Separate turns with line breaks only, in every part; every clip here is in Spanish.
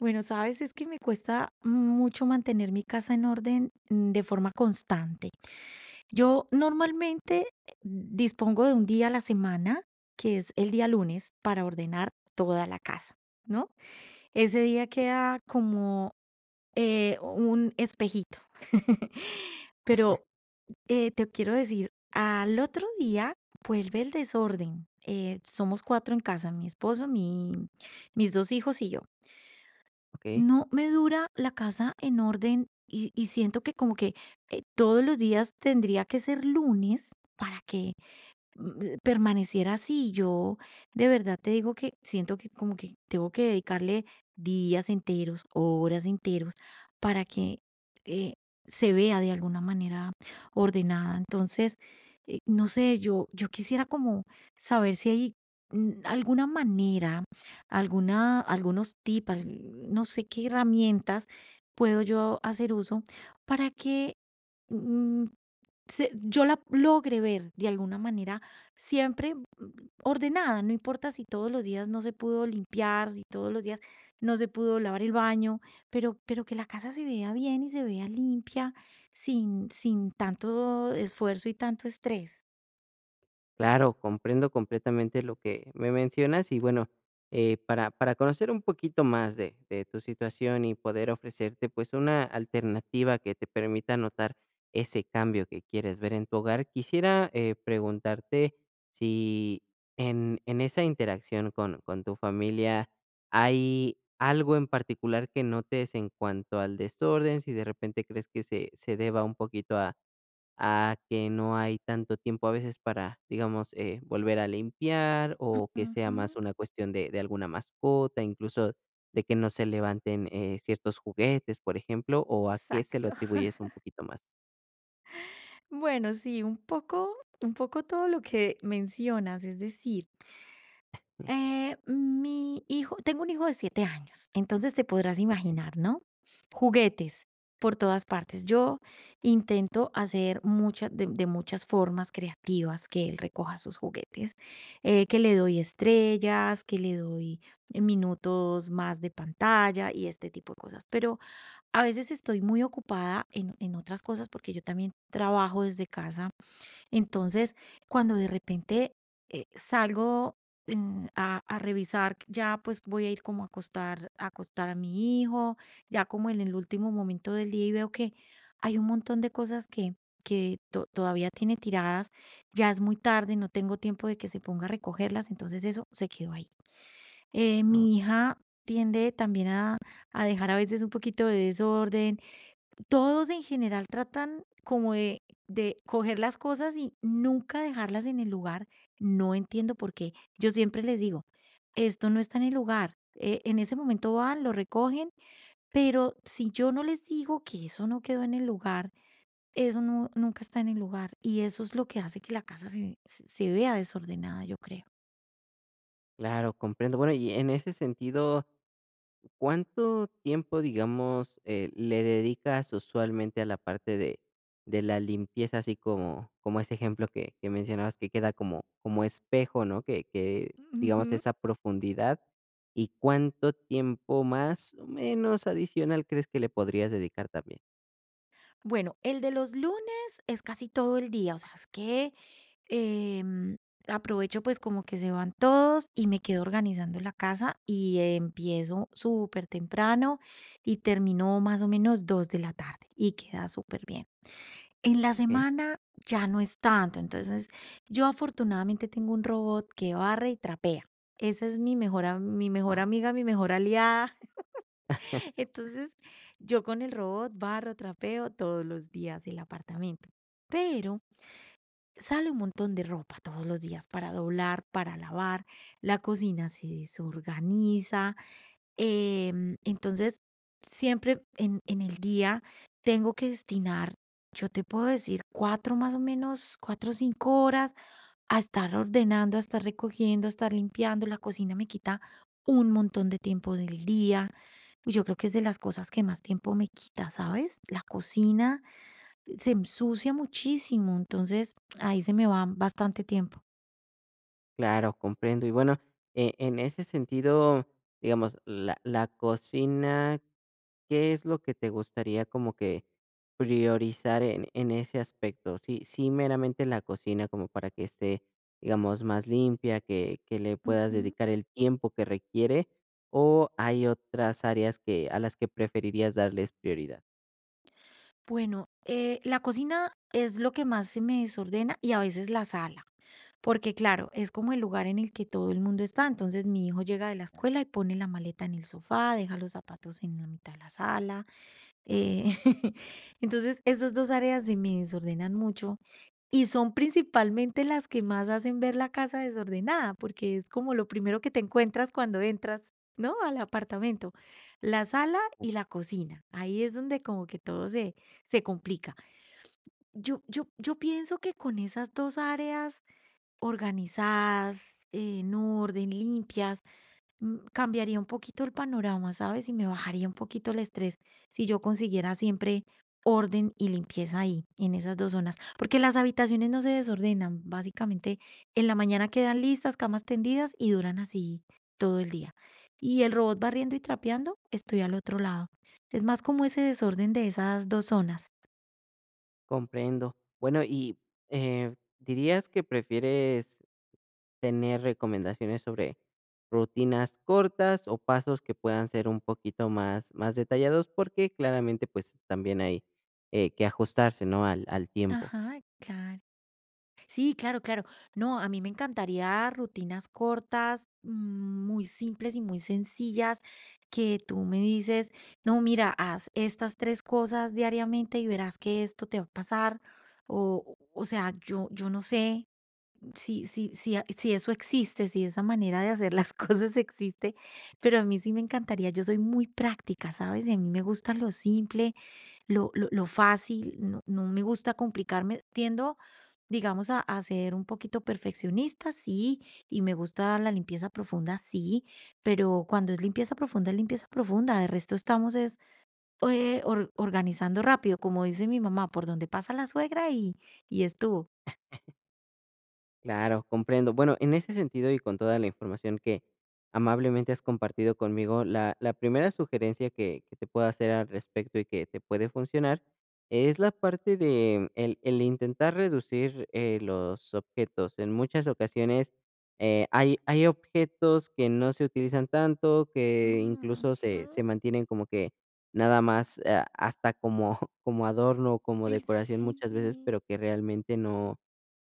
Bueno, sabes, es que me cuesta mucho mantener mi casa en orden de forma constante. Yo normalmente dispongo de un día a la semana, que es el día lunes, para ordenar toda la casa, ¿no? Ese día queda como un espejito. Pero te quiero decir, al otro día vuelve el desorden. Somos cuatro en casa, mi esposo, mis dos hijos y yo.
Okey,
No me dura la casa en orden y siento que como que, todos los días tendría que ser lunes para que permaneciera así. Yo de verdad te digo que siento que como que tengo que dedicarle días enteros, horas enteros, para que eh, se vea de alguna manera ordenada. Entonces, no sé, yo quisiera como saber si hay alguna manera, algunos tips, no sé qué herramientas puedo yo hacer uso para que mm, yo la logre ver de alguna manera siempre ordenada, no importa si todos los días no se pudo limpiar, si todos los días no se pudo lavar el baño, pero que la casa se vea bien y se vea limpia, sin tanto esfuerzo y tanto estrés.
claro, comprendo completamente lo que me mencionas y bueno, para conocer un poquito más de tu situación y poder ofrecerte, pues, una alternativa que te permita notar ese cambio que quieres ver en tu hogar, quisiera, preguntarte si en esa interacción con tu familia, ¿hay algo en particular que notes en cuanto al desorden? Si de repente crees que se deba un poquito a que no hay tanto tiempo a veces para, digamos, volver a limpiar o que sea
Ujú,
más una cuestión de alguna mascota, incluso de que no se levanten ciertos juguetes, por ejemplo, o a qué se lo
exacto.
atribuyes un poquito más.
Bueno, sí, un poco todo lo que mencionas, es decir,
Mm,
Mi hijo tengo un hijo de 7 años, entonces te podrás
Ok,
imaginar, ¿no? Juguetes por todas partes. Yo intento hacer muchas de muchas formas creativas que él recoja sus juguetes, que le doy estrellas, que le doy minutos más de pantalla y este tipo de cosas, pero a veces estoy muy ocupada en otras cosas porque yo también trabajo desde casa. Entonces, cuando de repente salgo a revisar, ya pues voy a ir como a acostar, a mi hijo, ya como en el último momento del día y veo que hay un montón de cosas que todavía tiene tiradas, ya es muy tarde, no tengo tiempo de que se ponga a recogerlas, entonces eso se quedó ahí. Mi
ok,
hija tiende también a dejar a veces un poquito de desorden, todos en general tratan como de coger las cosas y nunca dejarlas en el lugar. No entiendo por qué. Yo siempre les digo, esto no está en el lugar. En ese momento van, lo recogen, pero si yo no les digo que eso no quedó en el lugar, eso no, nunca está en el lugar. Y eso es lo que hace que la casa se vea desordenada, yo creo.
claro, comprendo. Bueno, y en ese sentido, ¿cuánto tiempo, digamos, le dedicas usualmente a la parte de la limpieza, así como, como ese ejemplo que mencionabas que queda como, como espejo, ¿no? Que, digamos,
Ujú.
esa profundidad. ¿Y cuánto tiempo más o menos adicional crees que le podrías dedicar también?
Bueno, el de los lunes es casi todo el día, o sea, es que em, aprovecho pues como que se van todos y me quedo organizando la casa y empiezo súper temprano y termino más o menos 2 de la tarde y queda súper bien. En la
Ok.
semana ya no es tanto, entonces yo afortunadamente tengo un robot que barre y trapea. Esa es mi mejor, mi mejor
Wow.
amiga, mi mejor aliada. Entonces, yo con el robot barro, trapeo todos los días el apartamento. Pero sale un montón de ropa todos los días para doblar, para lavar, la cocina se desorganiza, entonces siempre en el día tengo que destinar, yo te puedo decir, 4 o 5 horas a estar ordenando, a estar recogiendo, a estar limpiando. La cocina me quita un montón de tiempo del día. Yo creo que es de las cosas que más tiempo me quita, ¿sabes? La cocina se ensucia muchísimo, entonces ahí se me va bastante tiempo.
Claro, comprendo. Y bueno, e- en ese sentido, digamos, la cocina. ¿Qué es lo que te gustaría como que priorizar en ese aspecto? Sí, sí, meramente la cocina como para que esté, digamos, más limpia, que le puedas
Ujú.
dedicar el tiempo que requiere, o hay otras áreas que, a las que preferirías darles prioridad.
Bueno, la cocina es lo que más se me desordena y a veces la sala, porque claro, es como el lugar en el que todo el mundo está. Entonces mi hijo llega de la escuela y pone la maleta en el sofá, deja los zapatos en la mitad de la sala. eh, Entonces esas dos áreas se me desordenan mucho y son principalmente las que más hacen ver la casa desordenada, porque es como lo primero que te encuentras cuando entras, ¿no? Al apartamento. La sala y la cocina. Ahí es donde como que todo se complica. Yo pienso que con esas dos áreas organizadas, en orden, limpias, cambiaría un poquito el panorama, ¿sabes? Y me bajaría un poquito el estrés si yo consiguiera siempre orden y limpieza ahí, en esas dos zonas, porque las habitaciones no se desordenan, básicamente en la mañana quedan listas, camas tendidas y duran así todo el día. Y el robot barriendo y trapeando, estoy al otro lado. Es más como ese desorden de esas dos zonas.
Comprendo. Bueno, y dirías que prefieres tener recomendaciones sobre rutinas cortas o pasos que puedan ser un poquito más, más detallados porque claramente pues también hay que ajustarse, ¿no? Al, al tiempo.
Ajá, claro. Sí, claro, claro. No, a mí me encantaría rutinas cortas, muy simples y muy sencillas, que tú me dices, no, mira, haz estas tres cosas diariamente y verás que esto te va a pasar. O sea, yo no sé, sí, sí, sí, a sí, eso existe, sí, esa manera de hacer las cosas existe, pero a mí sí me encantaría. Yo soy muy práctica, ¿sabes? Y a mí me gusta lo simple, lo fácil, no me gusta complicarme. Tiendo, digamos, a ser un poquito perfeccionista, sí, y me gusta la limpieza profunda, sí, pero cuando es limpieza profunda, es limpieza profunda. De resto estamos es, or organizando rápido, como dice mi mamá, por donde pasa la suegra y estuvo.
Claro, comprendo. Bueno, en ese sentido y con toda la información que amablemente has compartido conmigo, la primera sugerencia que te puedo hacer al respecto y que te puede funcionar es la parte de el intentar reducir los objetos. En muchas ocasiones hay, hay objetos que no se utilizan tanto, que
Mm.
incluso se, se mantienen como que nada más hasta como, como adorno o como
Y
decoración
sí,
muchas veces, pero que realmente no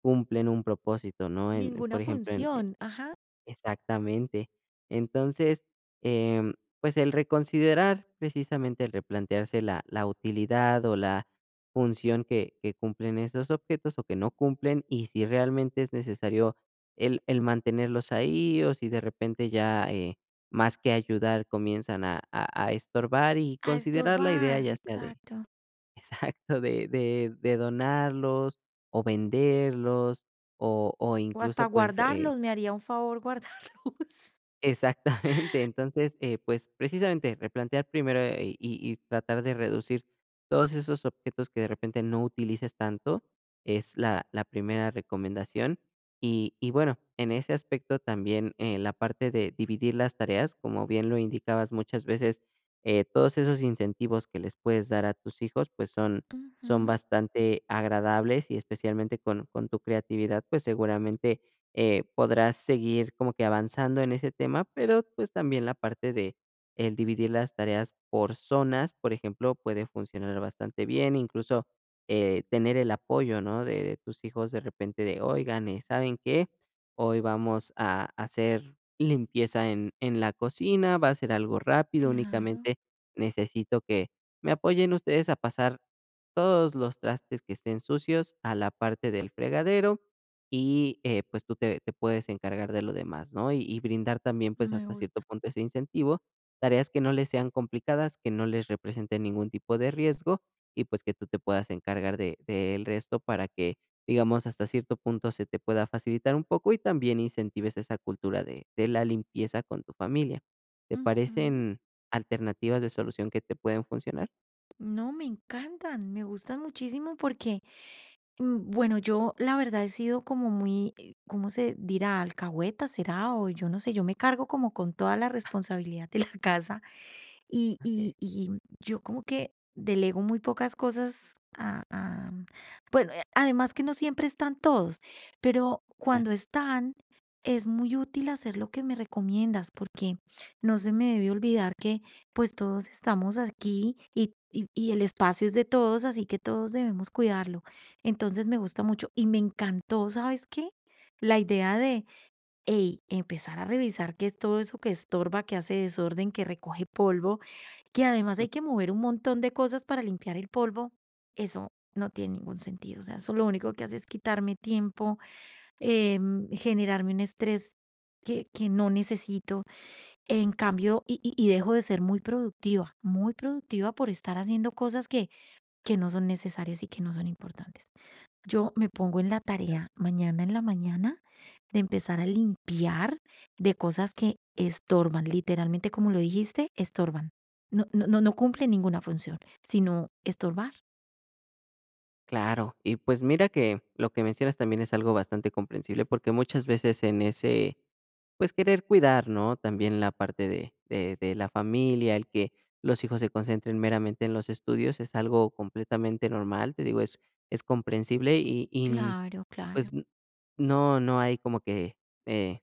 cumplen un propósito, ¿no? En,
ninguna
por ejemplo, en e
función, ajá,
exactamente. Entonces, em, pues, el reconsiderar, precisamente, el replantearse la la utilidad o la función que cumplen esos objetos o que no cumplen, y si realmente es necesario el mantenerlos ahí, o si de repente ya, más que ayudar comienzan a a estorbar, y
a
considerar la idea
estorbar,
ya sea de
exacto.
exacto, de de donarlos o venderlos o
O
incluso,
hasta
pues,
guardarlos, me haría un favor guardarlos.
exactamente. Entonces, pues, precisamente replantear primero, y tratar de reducir todos esos objetos que de repente no utilices tanto, es la la primera recomendación. Y bueno, en ese aspecto también, la parte de dividir las tareas, como bien lo indicabas muchas veces, todos esos incentivos que les puedes dar a tus hijos, pues, son son
Ujú,
bastante agradables y especialmente con tu creatividad, pues, seguramente podrás seguir como que avanzando en ese tema, pero pues también la parte de el dividir las tareas por zonas, por ejemplo, puede funcionar bastante bien, incluso tener el apoyo, ¿no? De tus hijos de repente de, oigan, ¿saben qué? Hoy vamos a hacer limpieza en la cocina, va a ser algo rápido,
claro,
únicamente necesito que me apoyen ustedes a pasar todos los trastes que estén sucios a la parte del fregadero y, pues, tú te puedes encargar de lo demás, ¿no? Y brindar también, pues,
me
hasta cierto
gusta.
punto ese incentivo, tareas que no les sean complicadas, que no les representen ningún tipo de riesgo y, pues, que tú te puedas encargar de del resto para que, digamos, hasta cierto punto se te pueda facilitar un poco y también incentives esa cultura de la limpieza con tu familia. ¿Te
Ujú.
parecen alternativas de solución que te pueden funcionar?
No, me encantan, me gustan muchísimo porque, bueno, yo la verdad he sido como muy, ¿cómo se dirá? Alcahueta será, o yo no sé, yo me cargo como con toda la responsabilidad de la casa. Y
Okey.
y y yo como que delego muy pocas cosas a bueno, además que no siempre están todos, pero
Ah.
cuando están, es muy útil hacer lo que me recomiendas, porque no se me debe olvidar que, pues, todos estamos aquí y el espacio es de todos, así que todos debemos cuidarlo. Entonces, me gusta mucho y me encantó, ¿sabes qué? La idea de ey, empezar a revisar qué es todo eso que estorba, que hace desorden, que recoge polvo, que además hay que mover un montón de cosas para limpiar el polvo, eso no tiene ningún sentido. O sea, eso lo único que hace es quitarme tiempo, generarme un estrés que no necesito. En cambio, y dejo de ser muy productiva por estar haciendo cosas que no son necesarias y que no son importantes. Yo me pongo en la tarea mañana en la mañana de empezar a limpiar de cosas que estorban, literalmente como lo dijiste, estorban. No, no, no cumplen ninguna función, sino estorbar.
Claro, y pues mira que lo que mencionas también es algo bastante comprensible porque muchas veces en ese, pues querer cuidar, ¿no? También la parte de la familia, el que los hijos se concentren meramente en los estudios es algo completamente normal, te digo, es comprensible y n-
Claro, claro.
pues n- no, no hay como eh,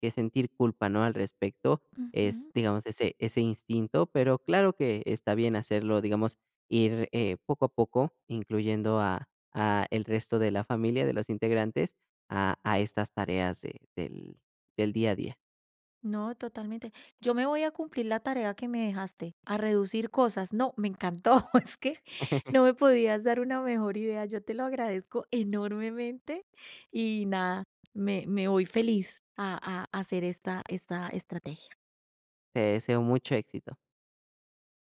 que sentir culpa, ¿no? Al respecto, es,
Ujú.
digamos, ese instinto, pero claro que está bien hacerlo, digamos, ir, poco a poco incluyendo a el resto de la familia, de los integrantes, a estas tareas de del del día a día.
No, totalmente. Yo me voy a cumplir la tarea que me dejaste, a reducir cosas. No, me encantó. Es que no me podías dar una mejor idea. Yo te lo agradezco enormemente y nada, me voy feliz a hacer esta estrategia.
Te deseo mucho éxito.